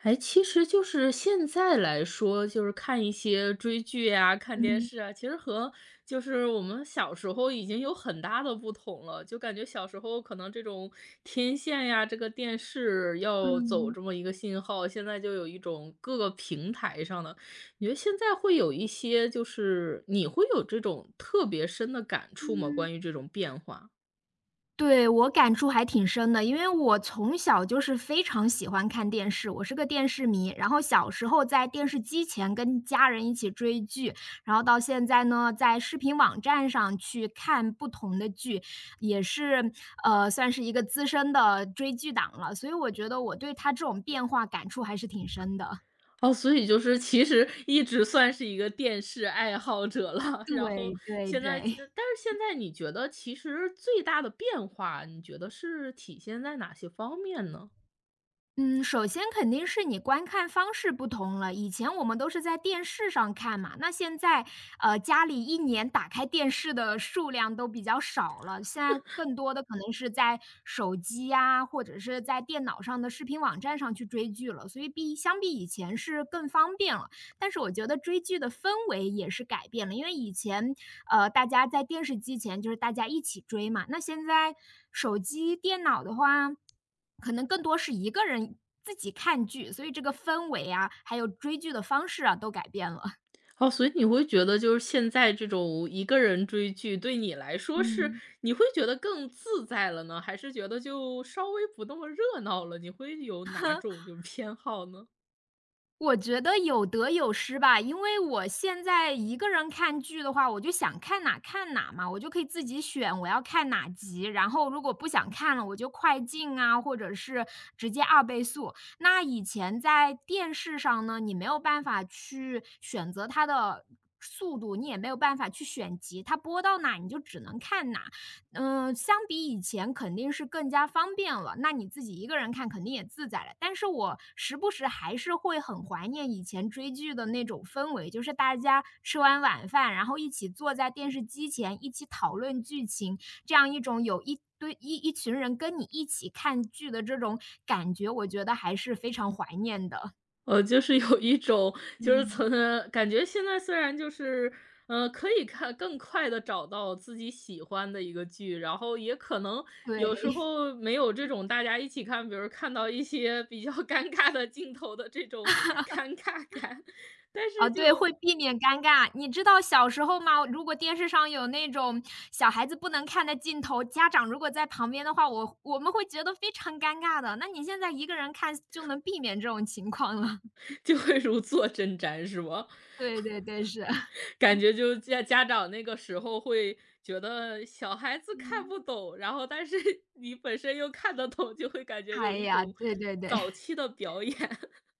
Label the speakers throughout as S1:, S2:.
S1: 哎，其实就是现在来说，就是看一些追剧啊、看电
S2: 嗯，
S1: 视啊，其实和我们小时候已经有很大的不同了。就感觉小时候可能这种天线呀，这个电视要走
S2: 嗯，
S1: 这么一个信号，现在就有一种各个平台上的。你觉得现在会有一些就是你会有这种特别深的感触吗？
S2: 嗯，
S1: 关于这种变化？
S2: 对，我感触还挺深的，因为我从小就是非常喜欢看电视，我是个电视迷。然后小时候在电视机前跟家人一起追剧，然后到现在呢，在视频网站上去看不同的剧，也是，算是一个资深的追剧党了，所以我觉得我对他这种变化感触还是挺深的。
S1: 哦，所以就是其实一直算是一个电视爱好者了，然后
S2: 对对
S1: 现在但
S2: 对。
S1: 是现在你觉得其实最大的变化，你觉得是体现在哪些方面呢？
S2: 嗯，首先肯定是你观看方式不同了。以前我们都是在电视上看嘛，那现在，家里一年打开电视的数量都比较少了，现在更多的可能是在手机呀，或者是在电脑上的视频网站上去追剧了，所以比相比以前是更方便了。但是我觉得追剧的氛围也是改变了，因为以前，大家在电视机前就是大家一起追嘛，那现在手机、电脑的话，可能更多是一个人自己看剧，所以这个氛围啊，还有追剧的方式啊，都改变了。
S1: 哦，所以你会觉得就是现在这种一个人追剧，对你来说是
S2: 嗯。
S1: 你会觉得更自在了呢？还是觉得就稍微不那么热闹了？你会有哪种就是偏好呢？
S2: 我觉得有得有失吧，因为我现在一个人看剧的话，我就想看哪看哪嘛，我就可以自己选我要看哪集，然后如果不想看了，我就快进啊，或者是直接二倍速。那以前在电视上呢，你没有办法去选择它的速度，你也没有办法去选集，它播到哪你就只能看哪。嗯，相比以前肯定是更加方便了，那你自己一个人看肯定也自在了。但是我时不时还是会很怀念以前追剧的那种氛围，就是大家吃完晚饭，然后一起坐在电视机前，一起讨论剧情，这样一种有一堆一群人跟你一起看剧的这种感觉，我觉得还是非常怀念的。
S1: 就是有一种就是
S2: 嗯，
S1: 从感觉现在虽然就是，可以看更快的找到自己喜欢的一个剧，然后也可能有时
S2: 对。
S1: 候没有这种大家一起看，比如看到一些比较 尴尬的镜头的这种尴尬感，但是
S2: 啊，对，
S1: 就
S2: 会避免尴尬。你知道小时候吗？如果电视上有那种小孩子不能看的镜头，家长如果在旁边的话，我们会觉得非常尴尬的。那你现在一个人看就能避免这种情况了。
S1: 就会如坐针毡，是吗？
S2: 对对对，是。
S1: 感觉就是家长那个时候会觉得小孩子看
S2: 嗯，
S1: 不懂，然后但是 你本身又看得懂，就会感觉有
S2: 哎
S1: 一
S2: 呀，
S1: 种
S2: 对对对，
S1: 早期的表演。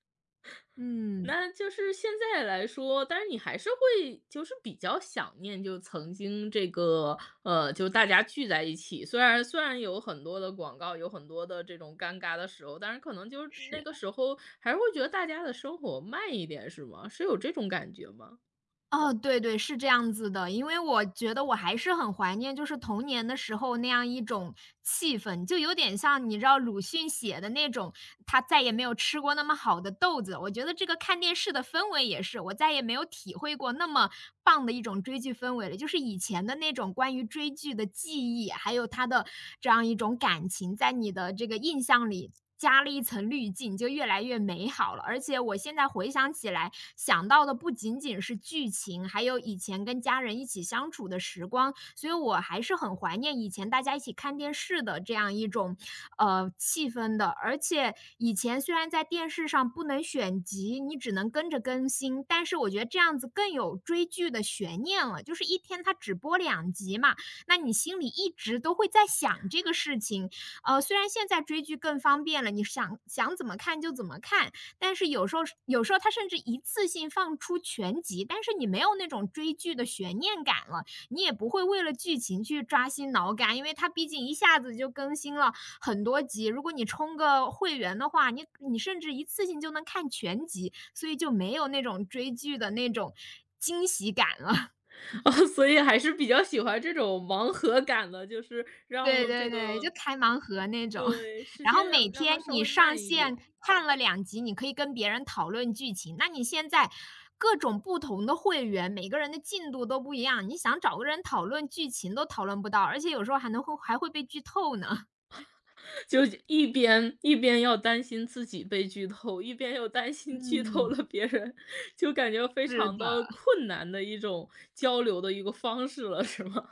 S2: 嗯，
S1: 那就是现在来说，但是你还是会就是比较想念就曾经这个，就大家聚在一起，虽然有很多的广告，有很多的这种尴尬的时候，但是可能就是那
S2: 是。
S1: 个时候还是会觉得大家的生活慢一点，是吗？是有这种感觉吗？
S2: 哦，对对，是这样子的。因为我觉得我还是很怀念，就是童年的时候那样一种气氛，就有点像你知道鲁迅写的那种，他再也没有吃过那么好的豆子。我觉得这个看电视的氛围也是，我再也没有体会过那么棒的一种追剧氛围了。就是以前的那种关于追剧的记忆，还有他的这样一种感情，在你的这个印象里加了一层滤镜，就越来越美好了。而且我现在回想起来，想到的不仅仅是剧情，还有以前跟家人一起相处的时光，所以我还是很怀念以前大家一起看电视的这样一种，气氛的。而且以前虽然在电视上不能选集，你只能跟着更新，但是我觉得这样子更有追剧的悬念了，就是一天它只播两集嘛，那你心里一直都会在想这个事情，虽然现在追剧更方便了，你想想怎么看就怎么看，但是有时候它甚至一次性放出全集，但是你没有那种追剧的悬念感了，你也不会为了剧情去抓心挠肝，因为它毕竟一下子就更新了很多集。如果你充个会员的话，你甚至一次性就能看全集，所以就没有那种追剧的那种惊喜感了。
S1: 哦，所以还是比较喜欢这种盲盒感的，就是
S2: 对
S1: 让这
S2: 对对，
S1: 个
S2: 就开盲盒那种。
S1: 对，时
S2: 然后
S1: 间让
S2: 每
S1: 让它
S2: 天
S1: 稍
S2: 你
S1: 微
S2: 上
S1: 慢一
S2: 线
S1: 点，
S2: 看了2集，你可以跟别人讨论剧情。那你现在各种不同的会员，每个人的进度都不一样，你想找个人讨论剧情都讨论不到，而且有时候还能会还会被剧透呢。
S1: 就一边要担心自己被剧透，一边又担心剧透
S2: 嗯，
S1: 了别人，就感觉非
S2: 是
S1: 常
S2: 的，
S1: 的困难的一种交流的一个方式了，是吗？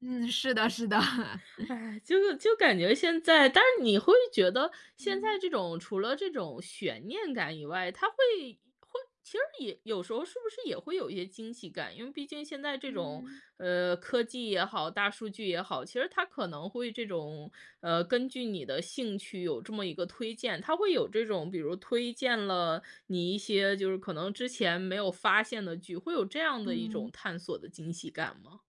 S2: 嗯，是的是的。
S1: 哎，就是就感觉现在但是你会觉得现在
S2: 嗯，
S1: 这种除了这种悬念感以外，它会其实也有时候是不是也会有一些惊喜感？因为毕竟现在这种，
S2: 嗯，
S1: 科技也好，大数据也好，其实它可能会这种，根据你的兴趣有这么一个推荐，它会有这种比如推荐了你一些就是可能之前没有发现的剧，会有这样的一种
S2: 嗯。
S1: 探索的惊喜感吗？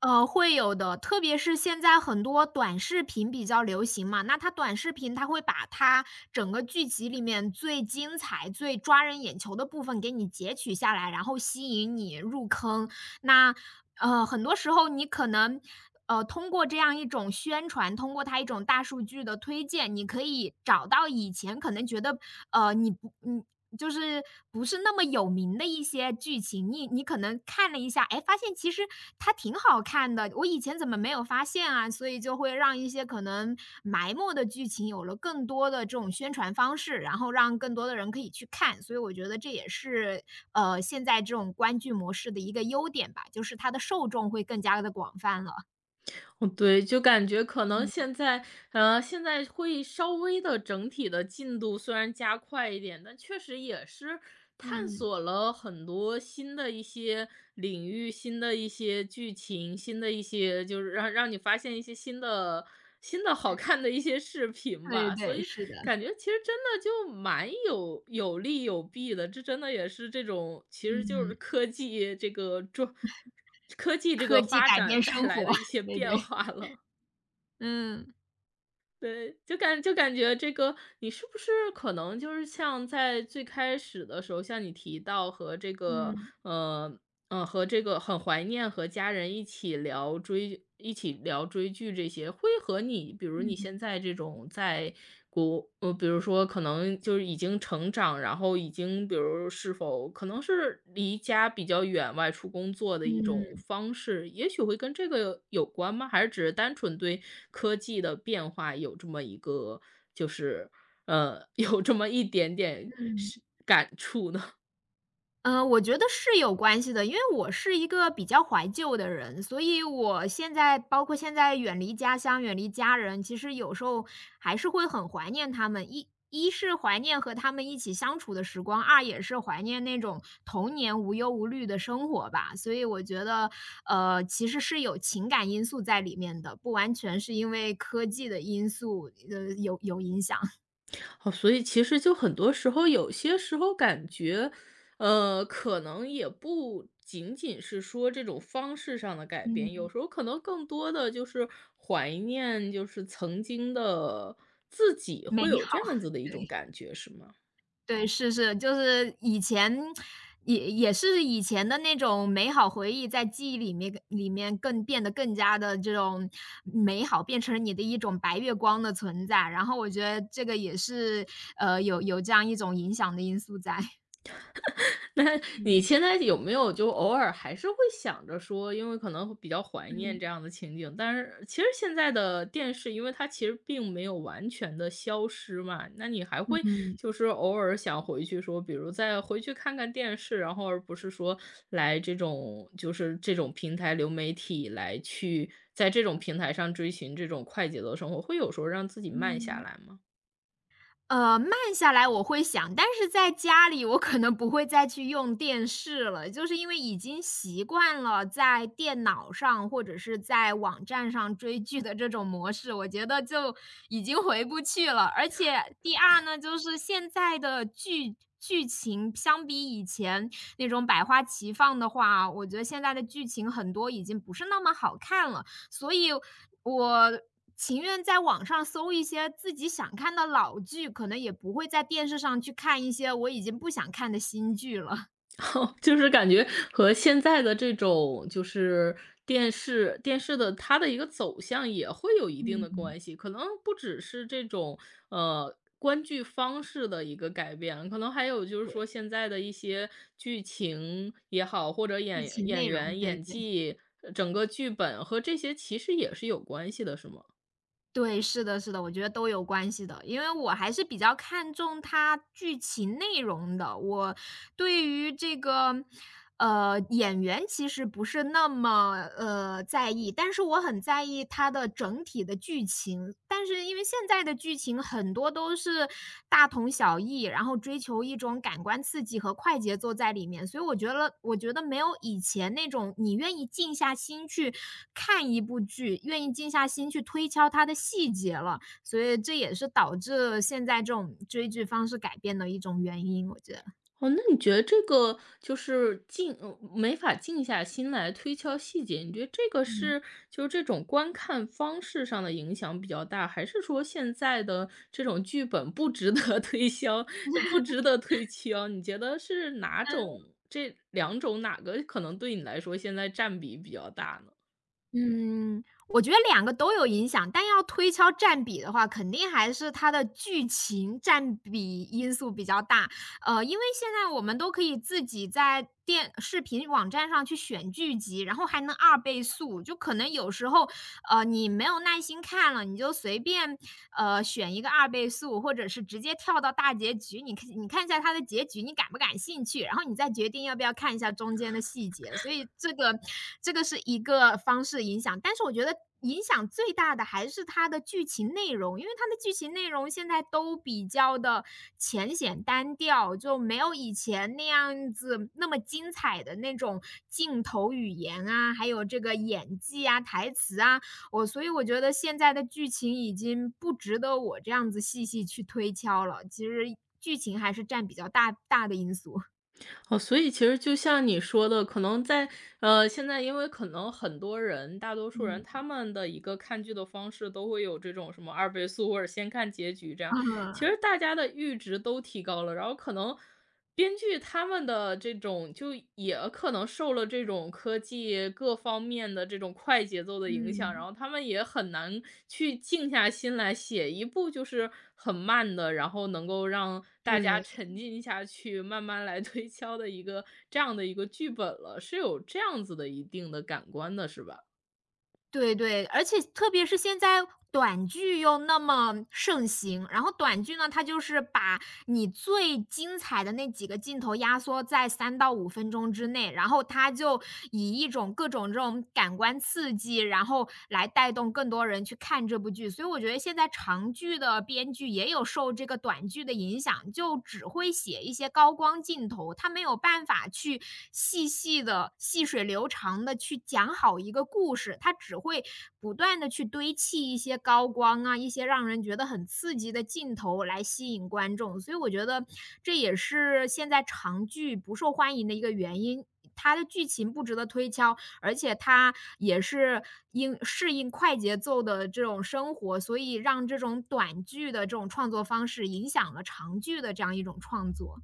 S2: 会有的，特别是现在很多短视频比较流行嘛，那它短视频它会把它整个剧集里面最精彩、最抓人眼球的部分给你截取下来，然后吸引你入坑。那很多时候你可能通过这样一种宣传，通过它一种大数据的推荐，你可以找到以前可能觉得呃，你不嗯，就是不是那么有名的一些剧情，你可能看了一下，哎，发现其实它挺好看的，我以前怎么没有发现啊？所以就会让一些可能埋没的剧情有了更多的这种宣传方式，然后让更多的人可以去看。所以我觉得这也是，现在这种观剧模式的一个优点吧，就是它的受众会更加的广泛了。
S1: 哦，对，就感觉可能
S2: 嗯，
S1: 现在，现在会稍微的整体的进度虽然加快一点，但确实也是探
S2: 嗯，
S1: 索了很多新的一些领域、新的一些剧情、新的一些就是让你发现一些新的好看的一些视频
S2: 对
S1: 吧。所
S2: 对，
S1: 以
S2: 是的，
S1: 感觉其实真的就蛮有有利有弊的，这真的也是这种其实就是
S2: 嗯，
S1: 科技这个
S2: 科技
S1: 发
S2: 改变
S1: 展带
S2: 生
S1: 来
S2: 活，
S1: 的一 些
S2: 对
S1: 变
S2: 对，
S1: 化了。
S2: 嗯，
S1: 对，就感觉这个你是不是可能就是像在最开始的时候，像你提到
S2: 嗯。
S1: 呃，和这个很怀念和家人一起聊追剧这些，会和你比如你
S2: 嗯
S1: 现在这种比如说可能就是已经成长，然后已经比如是否可能是离家比较远，外出工作的一种
S2: 嗯
S1: 方式，也许会跟这个有关吗？还是只是单纯对科技的变化有这么一个就是，有这么一点点
S2: 嗯，
S1: 是感触呢？
S2: 我觉得是有关系的，因为我是一个比较怀旧的人，所以我现在包括现在远离家乡、远离家人，其实有时候还是会很怀念他们。一是怀念和他们一起相处的时光，二也是怀念那种童年无忧无虑的生活吧。所以我觉得，其实是有情感因素在里面的，不完全是因为科技的因素，有影响。
S1: 哦，所以其实就很多时候，有些时候感觉，可能也不仅仅是说这种方式上的改变，有
S2: 嗯，
S1: 时候可能更多的就是怀念，就是曾经的自己，
S2: 美
S1: 会有这
S2: 好，
S1: 样子的 一种
S2: 对。
S1: 感觉，是吗？
S2: 对，是是，就是以前也是以前的那种美好回忆，在记忆里面更变得更加的这种美好，变成你的一种白月光的存在，然后我觉得这个也是，有这样一种影响的因素在。
S1: 那 你
S2: 嗯，
S1: 现在有没有就偶尔还是会想着说，因为可能会比较怀念
S2: 嗯，
S1: 这样的情景，但是其实现在的电视，因为它其实并没有完全的消失嘛，那你还
S2: 嗯
S1: 会
S2: 嗯。
S1: 就是偶尔想回去说，比如再回去看看电视，然后而不是说来这种就是这种平台流媒体来去在这种平台上追寻这种快节奏生活，会有时候让自己慢下
S2: 嗯。
S1: 来吗？
S2: 慢下来我会想，但是在家里我可能不会再去用电视了，就是因为已经习惯了在电脑上或者是在网站上追剧的这种模式，我觉得就已经回不去了。而且第二呢，就是现在的剧情相比以前那种百花齐放的话，我觉得现在的剧情很多已经不是那么好看了，所以我情愿在网上搜一些自己想看的老剧，可能也不会在电视上去看一些我已经不想看的新剧了。
S1: 就是感觉和现在的这种就是电视的它的一个走向也会有一定的
S2: 嗯，
S1: 关系，可能不只是这种，观剧方式的一个改变，可能还有就是
S2: 对，
S1: 说现在的一些剧情也好，或者
S2: 剧
S1: 演
S2: 情
S1: 演
S2: 内容，
S1: 员
S2: 对
S1: 演
S2: 对
S1: 技，整个剧本和这些其实也是有关系的，是吗？
S2: 对，是的，是的，我觉得都有关系的，因为我还是比较看重它剧情内容的。我对于这个，演员其实不是那么在意，但是我很在意它的整体的剧情。但是因为现在的剧情很多都是大同小异，然后追求一种感官刺激和快节奏在里面，所以我觉得没有以前那种你愿意静下心去看一部剧，愿意静下心去推敲它的细节了，所以这也是导致现在这种追剧方式改变的一种原因，我觉得。
S1: 哦，那你觉得这个就是没法静下心来推敲细节，你觉得这个
S2: 嗯。
S1: 是就是这种观看方式上的影响比较大，还是说现在的这种剧本不值得 推销不值得推敲？你觉得是这两种哪个可能对你来说现在占比比较大呢？
S2: 嗯，我觉得两个都有影响，但要推敲占比的话，肯定还是它的剧情占比因素比较大。因为现在我们都可以自己在电视频网站上去选剧集，然后还能二倍速，就可能有时候你没有耐心看了，你就随便选一个二倍速，或者是直接跳到大结局，你看一下它的结局，你感不感兴趣，然后你再决定要不要看一下中间的细节。所以这个是一个方式影响，但是我觉得。影响最大的还是它的剧情内容，因为它的剧情内容现在都比较的浅显单调，就没有以前那样子那么精彩的那种镜头语言啊，还有这个演技啊、台词啊，我所以我觉得现在的剧情已经不值得我这样子细细去推敲了，其实剧情还是占比较大的因素。
S1: 哦，所以其实就像你说的，可能现在因为可能很多人，大多数人他
S2: 嗯，
S1: 们的一个看剧的方式都会有这种什么二倍速或者先看结局这 样，其
S2: 啊，
S1: 实大家的阈值都提高了，然后可能编剧他们的这种就也可能受了这种科技各方面的这种快节奏的影响，然
S2: 嗯，
S1: 后他们也很难去静下心来写一部就是很慢的，然后能够让大家
S2: 对，
S1: 沉浸下去，慢慢来推敲的这样的一个剧本了，是有这样子的一定的感官的，是吧？
S2: 对对，而且特别是现在短剧又那么盛行，然后短剧呢，它就是把你最精彩的那几个镜头压缩在3到5分钟之内，然后它就以一种各种这种感官刺激，然后够来带动更多人去看这部剧。所以我觉得现在长剧的编剧也有受这个短剧的影响，就只会写一些高光镜头，他没有办法去细细的、细水流长的去讲好一个故事，他只会不断的去堆砌一些高光啊，一些让人觉得很刺激的镜头来吸引观众。所以我觉得这也是现在长剧不受欢迎的一个原因。它的剧情不值得推敲，而且它也是因适应快节奏的这种生活，所以让这种短剧的这种创作方式影响了长剧的这样一种创作。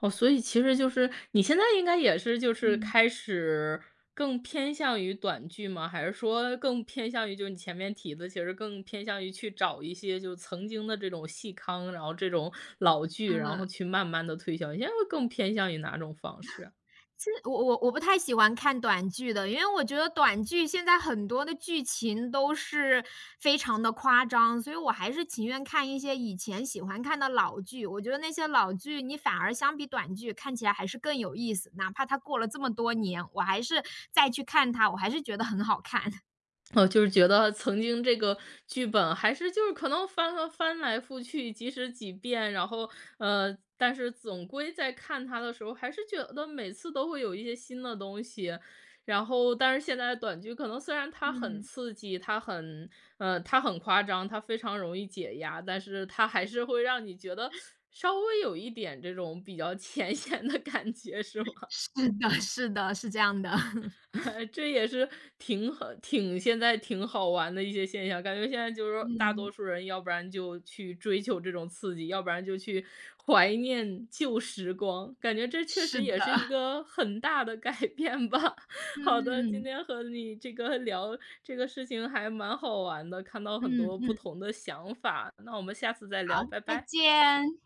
S1: 哦，所以其实就是你现在应该也是就是开始更偏向于短剧吗？还是说更偏向于就是你前面提的，其实更偏向于去找一些就曾经的这种细糠，然后这种老剧，然后
S2: 嗯，
S1: 去慢慢的推销，你现在会更偏向于哪种方式啊？
S2: 其实我不太喜欢看短剧的，因为我觉得短剧现在很多的剧情都是非常的夸张，所以我还是情愿看一些以前喜欢看的老剧。我觉得那些老剧，你反而相比短剧看起来还是更有意思，哪怕它过了这么多年，我还是再去看它，我还是觉得很好看。
S1: 哦，就是觉得曾经这个剧本还是就是可能翻来覆去几十几遍，然后，但是总归在看它的时候，还是觉得每次都会有一些新的东西。然后，但是现在的短剧可能虽然它很
S2: 嗯，
S1: 刺激，它很夸张，它非常容易解压，但是它还是会让你觉得稍微有一点这种比较 浅显的感觉，是吗？
S2: 是的是的，是这样的。
S1: 这也是挺好玩的一些现象，感觉现在就是说大多
S2: 嗯，
S1: 数人要不然就去追求这种刺激，要不然就去怀念旧时光，感觉这确
S2: 是
S1: 实
S2: 的，
S1: 也是一个很大的改变吧。好的，今
S2: 嗯，
S1: 天和你聊这个事情还蛮好玩的，看到很
S2: 嗯
S1: 多不
S2: 嗯，
S1: 同的想法，那我们下次再
S2: 好，
S1: 聊，拜
S2: 再
S1: 拜。
S2: 见。